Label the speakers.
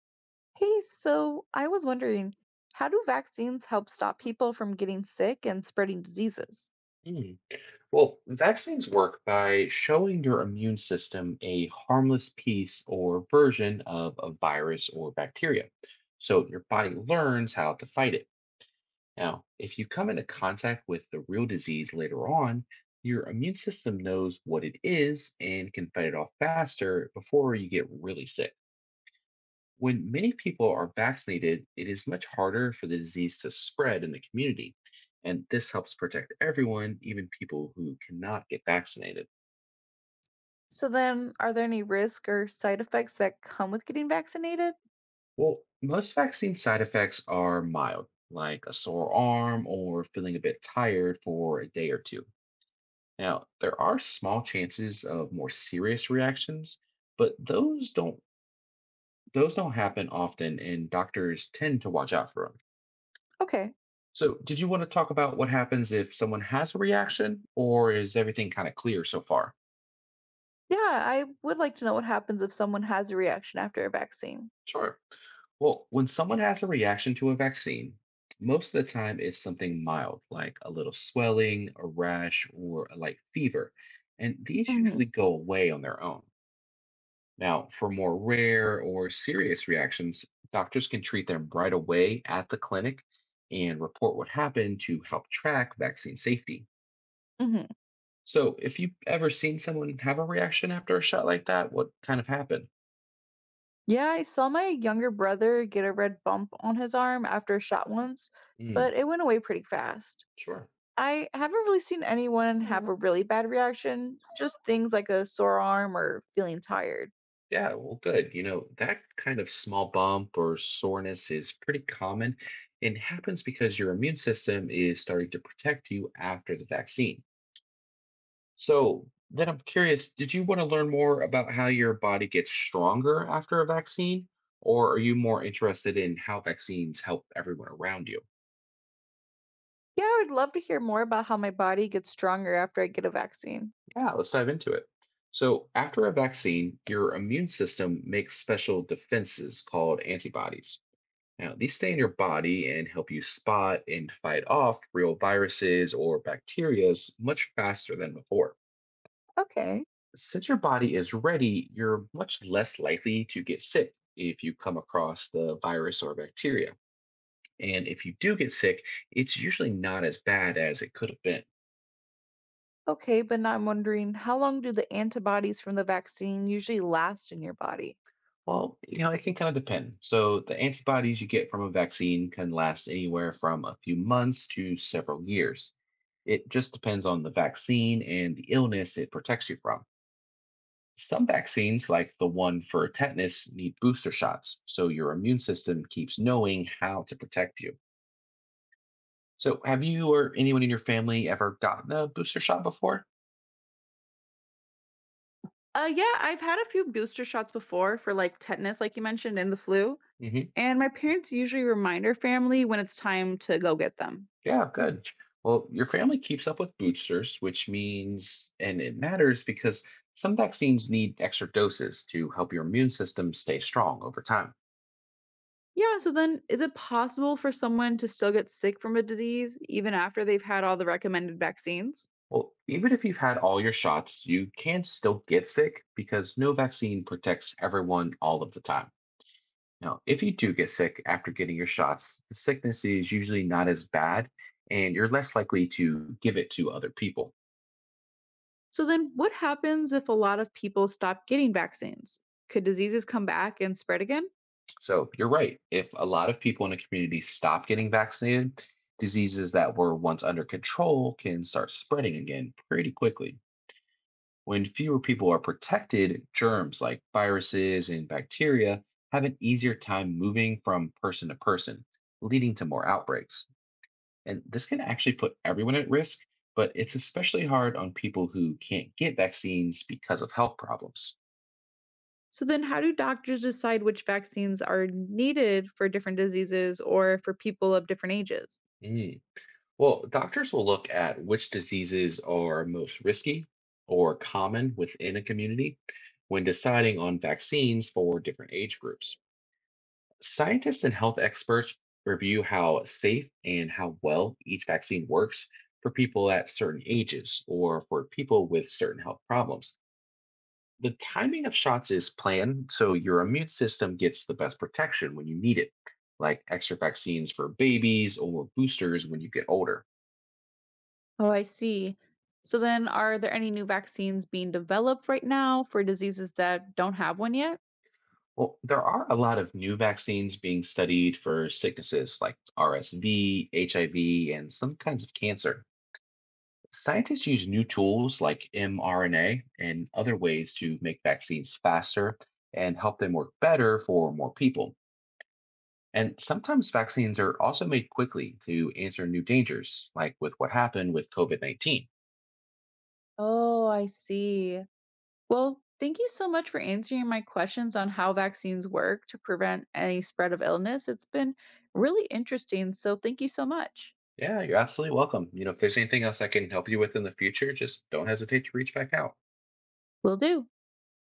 Speaker 1: Hey, so I was wondering, how do vaccines help stop people from getting sick and spreading diseases?
Speaker 2: Mm. Well, vaccines work by showing your immune system a harmless piece or version of a virus or bacteria. So your body learns how to fight it. Now, if you come into contact with the real disease later on, your immune system knows what it is and can fight it off faster before you get really sick. When many people are vaccinated, it is much harder for the disease to spread in the community. And this helps protect everyone, even people who cannot get vaccinated.
Speaker 1: So then, are there any risk or side effects that come with getting vaccinated?
Speaker 2: Well, most vaccine side effects are mild, like a sore arm or feeling a bit tired for a day or two. Now, there are small chances of more serious reactions, but those don't happen often and doctors tend to watch out for them.
Speaker 1: Okay.
Speaker 2: So, did you want to talk about what happens if someone has a reaction, or is everything kind of clear so far?
Speaker 1: Yeah, I would like to know what happens if someone has a reaction after a vaccine.
Speaker 2: Sure. Well, when someone has a reaction to a vaccine, most of the time it's something mild, like a little swelling, a rash, or a light fever. And these
Speaker 1: Hmm.
Speaker 2: usually go away on their own. Now, for more rare or serious reactions, doctors can treat them right away at the clinic and report what happened to help track vaccine safety.
Speaker 1: Hmm.
Speaker 2: So, if you've ever seen someone have a reaction after a shot like that, what kind of happened?
Speaker 1: Yeah, I saw my younger brother get a red bump on his arm after a shot once,
Speaker 2: Mm,
Speaker 1: but it went away pretty fast.
Speaker 2: sure.
Speaker 1: I haven't really seen anyone have a really bad reaction, just things like a sore arm or feeling tired.
Speaker 2: Yeah, well, good. You know, that kind of small bump or soreness is pretty common and happens because your immune system is starting to protect you after the vaccine. So, then I'm curious, did you want to learn more about how your body gets stronger after a vaccine? Or are you more interested in how vaccines help everyone around you?
Speaker 1: Yeah, I would love to hear more about how my body gets stronger after I get a vaccine.
Speaker 2: Yeah, let's dive into it. So, after a vaccine, your immune system makes special defenses called antibodies. Now, these stay in your body and help you spot and fight off real viruses or bacterias much faster than before.
Speaker 1: Okay.
Speaker 2: Since your body is ready, you're much less likely to get sick if you come across the virus or bacteria. And if you do get sick, it's usually not as bad as it could have been.
Speaker 1: Okay, but now I'm wondering, how long do the antibodies from the vaccine usually last in your body?
Speaker 2: Well, you know, it can kind of depend. So, the antibodies you get from a vaccine can last anywhere from a few months to several years. It just depends on the vaccine and the illness it protects you from. Some vaccines, like the one for tetanus, need booster shots, so your immune system keeps knowing how to protect you. So, have you or anyone in your family ever gotten a booster shot before?
Speaker 1: Yeah, I've had a few booster shots before for like tetanus, like you mentioned, and the flu.
Speaker 2: Hmm.
Speaker 1: And my parents usually remind our family when it's time to go get them.
Speaker 2: Yeah, good. Well, your family keeps up with boosters, which means, and it matters because some vaccines need extra doses to help your immune system stay strong over time.
Speaker 1: Yeah, so then, is it possible for someone to still get sick from a disease even after they've had all the recommended vaccines?
Speaker 2: Well, even if you've had all your shots, you can still get sick because no vaccine protects everyone all of the time. Now, if you do get sick after getting your shots, the sickness is usually not as bad and you're less likely to give it to other people.
Speaker 1: So then, what happens if a lot of people stop getting vaccines? Could diseases come back and spread again?
Speaker 2: So you're right. If a lot of people in a community stop getting vaccinated, diseases that were once under control can start spreading again pretty quickly. When fewer people are protected, germs like viruses and bacteria have an easier time moving from person to person, leading to more outbreaks. And this can actually put everyone at risk, but it's especially hard on people who can't get vaccines because of health problems.
Speaker 1: So then, how do doctors decide which vaccines are needed for different diseases or for people of different ages?
Speaker 2: Mm. Well, doctors will look at which diseases are most risky or common within a community when deciding on vaccines for different age groups. Scientists and health experts review how safe and how well each vaccine works for people at certain ages or for people with certain health problems. The timing of shots is planned so your immune system gets the best protection when you need it, like extra vaccines for babies or boosters when you get older.
Speaker 1: Oh, I see. So then, are there any new vaccines being developed right now for diseases that don't have one yet?
Speaker 2: Well, there are a lot of new vaccines being studied for sicknesses like RSV, HIV, and some kinds of cancer. Scientists use new tools like mRNA and other ways to make vaccines faster and help them work better for more people. And sometimes vaccines are also made quickly to answer new dangers, like with what happened with COVID -19.
Speaker 1: Oh, I see. Well, thank you so much for answering my questions on how vaccines work to prevent any spread of illness. It's been really interesting. So, thank you so much.
Speaker 2: Yeah, you're absolutely welcome. You know, if there's anything else I can help you with in the future, just don't hesitate to reach back out.
Speaker 1: Will do.